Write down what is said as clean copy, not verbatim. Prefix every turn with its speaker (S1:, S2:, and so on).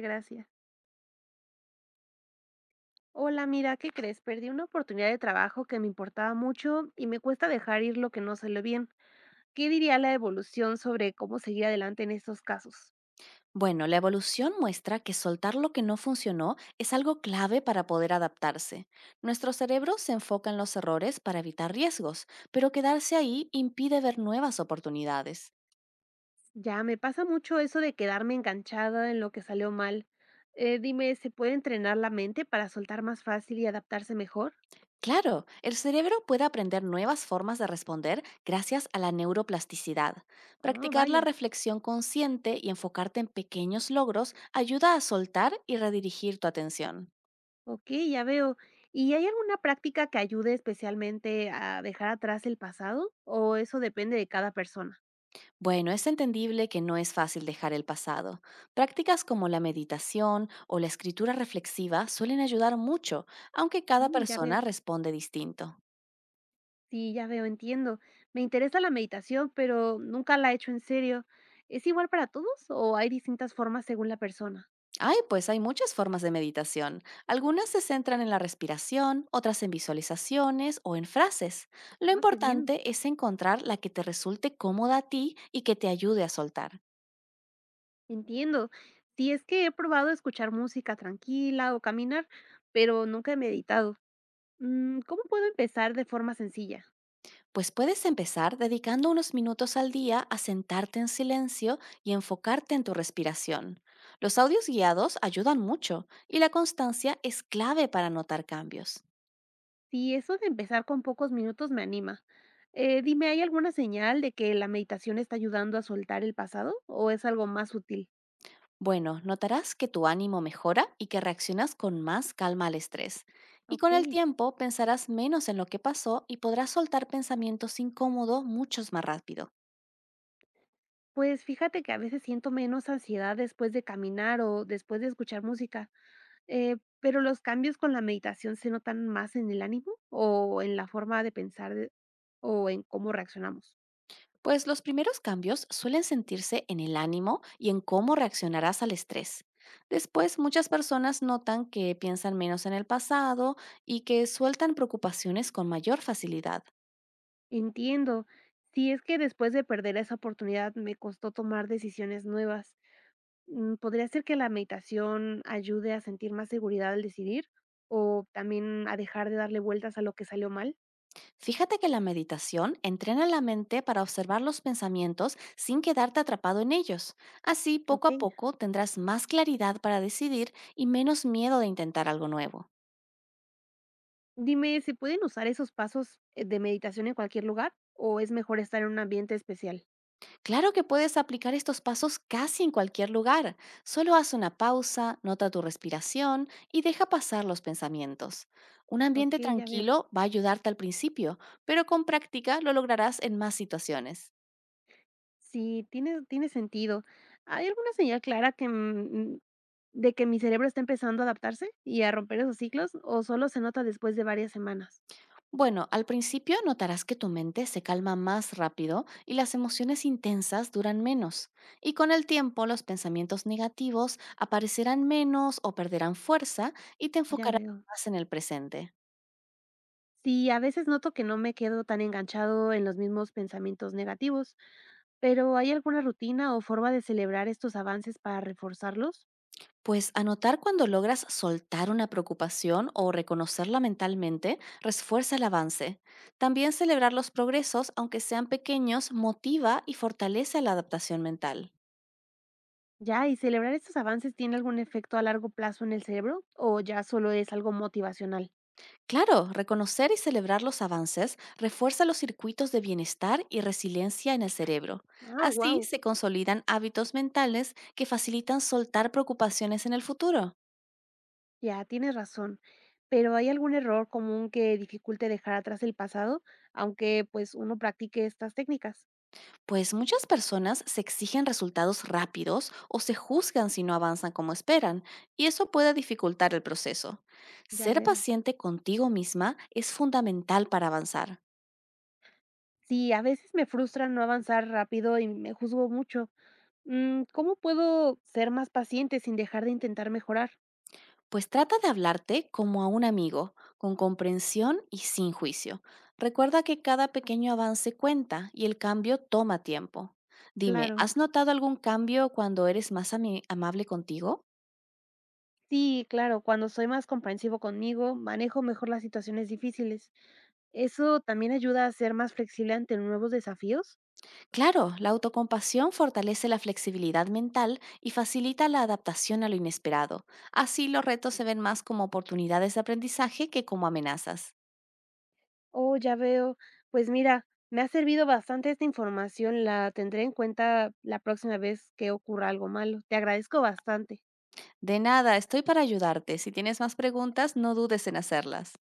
S1: Gracias. Hola, mira, ¿qué crees? Perdí una oportunidad de trabajo que me importaba mucho y me cuesta dejar ir lo que no salió bien. ¿Qué diría la evolución sobre cómo seguir adelante en estos casos?
S2: Bueno, la evolución muestra que soltar lo que no funcionó es algo clave para poder adaptarse. Nuestro cerebro se enfoca en los errores para evitar riesgos, pero quedarse ahí impide ver nuevas oportunidades.
S1: Ya, me pasa mucho eso de quedarme enganchada en lo que salió mal. Dime, ¿se puede entrenar la mente para soltar más fácil y adaptarse mejor?
S2: Claro, el cerebro puede aprender nuevas formas de responder gracias a la neuroplasticidad.
S1: Ah,
S2: Practicar la
S1: vaya.
S2: reflexión consciente y enfocarte en pequeños logros ayuda a soltar y redirigir tu atención.
S1: Ok, ya veo. ¿Y hay alguna práctica que ayude especialmente a dejar atrás el pasado? ¿O eso depende de cada persona?
S2: Bueno, es entendible que no es fácil dejar el pasado. Prácticas como la meditación o la escritura reflexiva suelen ayudar mucho, aunque cada
S1: Mm, ya
S2: persona
S1: veo.
S2: responde distinto.
S1: Sí, ya veo, entiendo. Me interesa la meditación, pero nunca la he hecho en serio. ¿Es igual para todos o hay distintas formas según la persona?
S2: Ay, pues hay muchas formas de meditación. Algunas se centran en la respiración, otras en visualizaciones o en frases. Lo
S1: Ah, qué bien,
S2: importante es encontrar la que te resulte cómoda a ti y que te ayude a soltar.
S1: entiendo. Sí, es que he probado escuchar música tranquila o caminar, pero nunca he meditado. Mm, ¿cómo puedo empezar de forma sencilla?
S2: Pues puedes empezar dedicando unos minutos al día a sentarte en silencio y enfocarte en tu respiración. Los audios guiados ayudan mucho y la constancia es clave para notar cambios.
S1: Sí, eso de empezar con pocos minutos me anima. Dime, ¿hay alguna señal de que la meditación está ayudando a soltar el pasado o es algo más útil?
S2: Bueno, notarás que tu ánimo mejora y que reaccionas con más calma al estrés. Y con
S1: Ok.
S2: el tiempo pensarás menos en lo que pasó y podrás soltar pensamientos incómodos muchos más rápido.
S1: Pues fíjate que a veces siento menos ansiedad después de caminar o después de escuchar música, pero los cambios con la meditación se notan más en el ánimo o en la forma de pensar o en cómo reaccionamos.
S2: Pues los primeros cambios suelen sentirse en el ánimo y en cómo reaccionarás al estrés. Después, muchas personas notan que piensan menos en el pasado y que sueltan preocupaciones con mayor facilidad.
S1: Entiendo, si es que después de perder esa oportunidad me costó tomar decisiones nuevas. Mm, ¿podría ser que la meditación ayude a sentir más seguridad al decidir o también a dejar de darle vueltas a lo que salió mal?
S2: Fíjate que la meditación entrena la mente para observar los pensamientos sin quedarte atrapado en ellos. Así, poco
S1: ¿Ok?
S2: a poco, tendrás más claridad para decidir y menos miedo de intentar algo nuevo.
S1: Dime, ¿se pueden usar esos pasos, de meditación en cualquier lugar o es mejor estar en un ambiente especial?
S2: Claro que puedes aplicar estos pasos casi en cualquier lugar. Solo haz una pausa, nota tu respiración y deja pasar los pensamientos. Un ambiente
S1: Okey, ya veo.
S2: tranquilo va a ayudarte al principio, pero con práctica lo lograrás en más situaciones.
S1: Sí, tiene sentido. ¿Hay alguna señal clara de que mi cerebro está empezando a adaptarse y a romper esos ciclos o solo se nota después de varias semanas?
S2: Bueno, al principio notarás que tu mente se calma más rápido y las emociones intensas duran menos. Y con el tiempo los pensamientos negativos aparecerán menos o perderán fuerza y te
S1: Ya
S2: enfocarás
S1: veo.
S2: más en el presente.
S1: Sí, a veces noto que no me quedo tan enganchado en los mismos pensamientos negativos, pero ¿hay alguna rutina o forma de celebrar estos avances para reforzarlos?
S2: Pues anotar cuando logras soltar una preocupación o reconocerla mentalmente refuerza el avance. También celebrar los progresos, aunque sean pequeños, motiva y fortalece la adaptación mental.
S1: Ya, ¿y celebrar estos avances tiene algún efecto a largo plazo en el cerebro o ya solo es algo motivacional?
S2: Claro, reconocer y celebrar los avances refuerza los circuitos de bienestar y resiliencia en el cerebro.
S1: Ah,
S2: Así
S1: wow,
S2: se consolidan hábitos mentales que facilitan soltar preocupaciones en el futuro.
S1: ya tienes razón. Pero ¿hay algún error común que dificulte dejar atrás el pasado, aunque pues uno practique estas técnicas?
S2: Pues muchas personas se exigen resultados rápidos o se juzgan si no avanzan como esperan, y eso puede dificultar el proceso.
S1: Ya
S2: Ser
S1: veo.
S2: paciente contigo misma es fundamental para avanzar,
S1: Sí, a veces me frustra no avanzar rápido y me juzgo mucho. Mm, ¿cómo puedo ser más paciente sin dejar de intentar mejorar?
S2: pues trata de hablarte como a un amigo, con comprensión y sin juicio. Recuerda que cada pequeño avance cuenta y el cambio toma tiempo. Dime,
S1: Claro.
S2: ¿has notado algún cambio cuando eres más amable contigo?
S1: Sí, claro, cuando soy más comprensivo conmigo, manejo mejor las situaciones difíciles. ¿Eso también ayuda a ser más flexible ante nuevos desafíos?
S2: Claro, la autocompasión fortalece la flexibilidad mental y facilita la adaptación a lo inesperado. Así los retos se ven más como oportunidades de aprendizaje que como amenazas.
S1: Oh, ya veo. Pues mira, me ha servido bastante esta información, la tendré en cuenta la próxima vez que ocurra algo malo. Te agradezco bastante.
S2: De nada, estoy para ayudarte. Si tienes más preguntas, no dudes en hacerlas.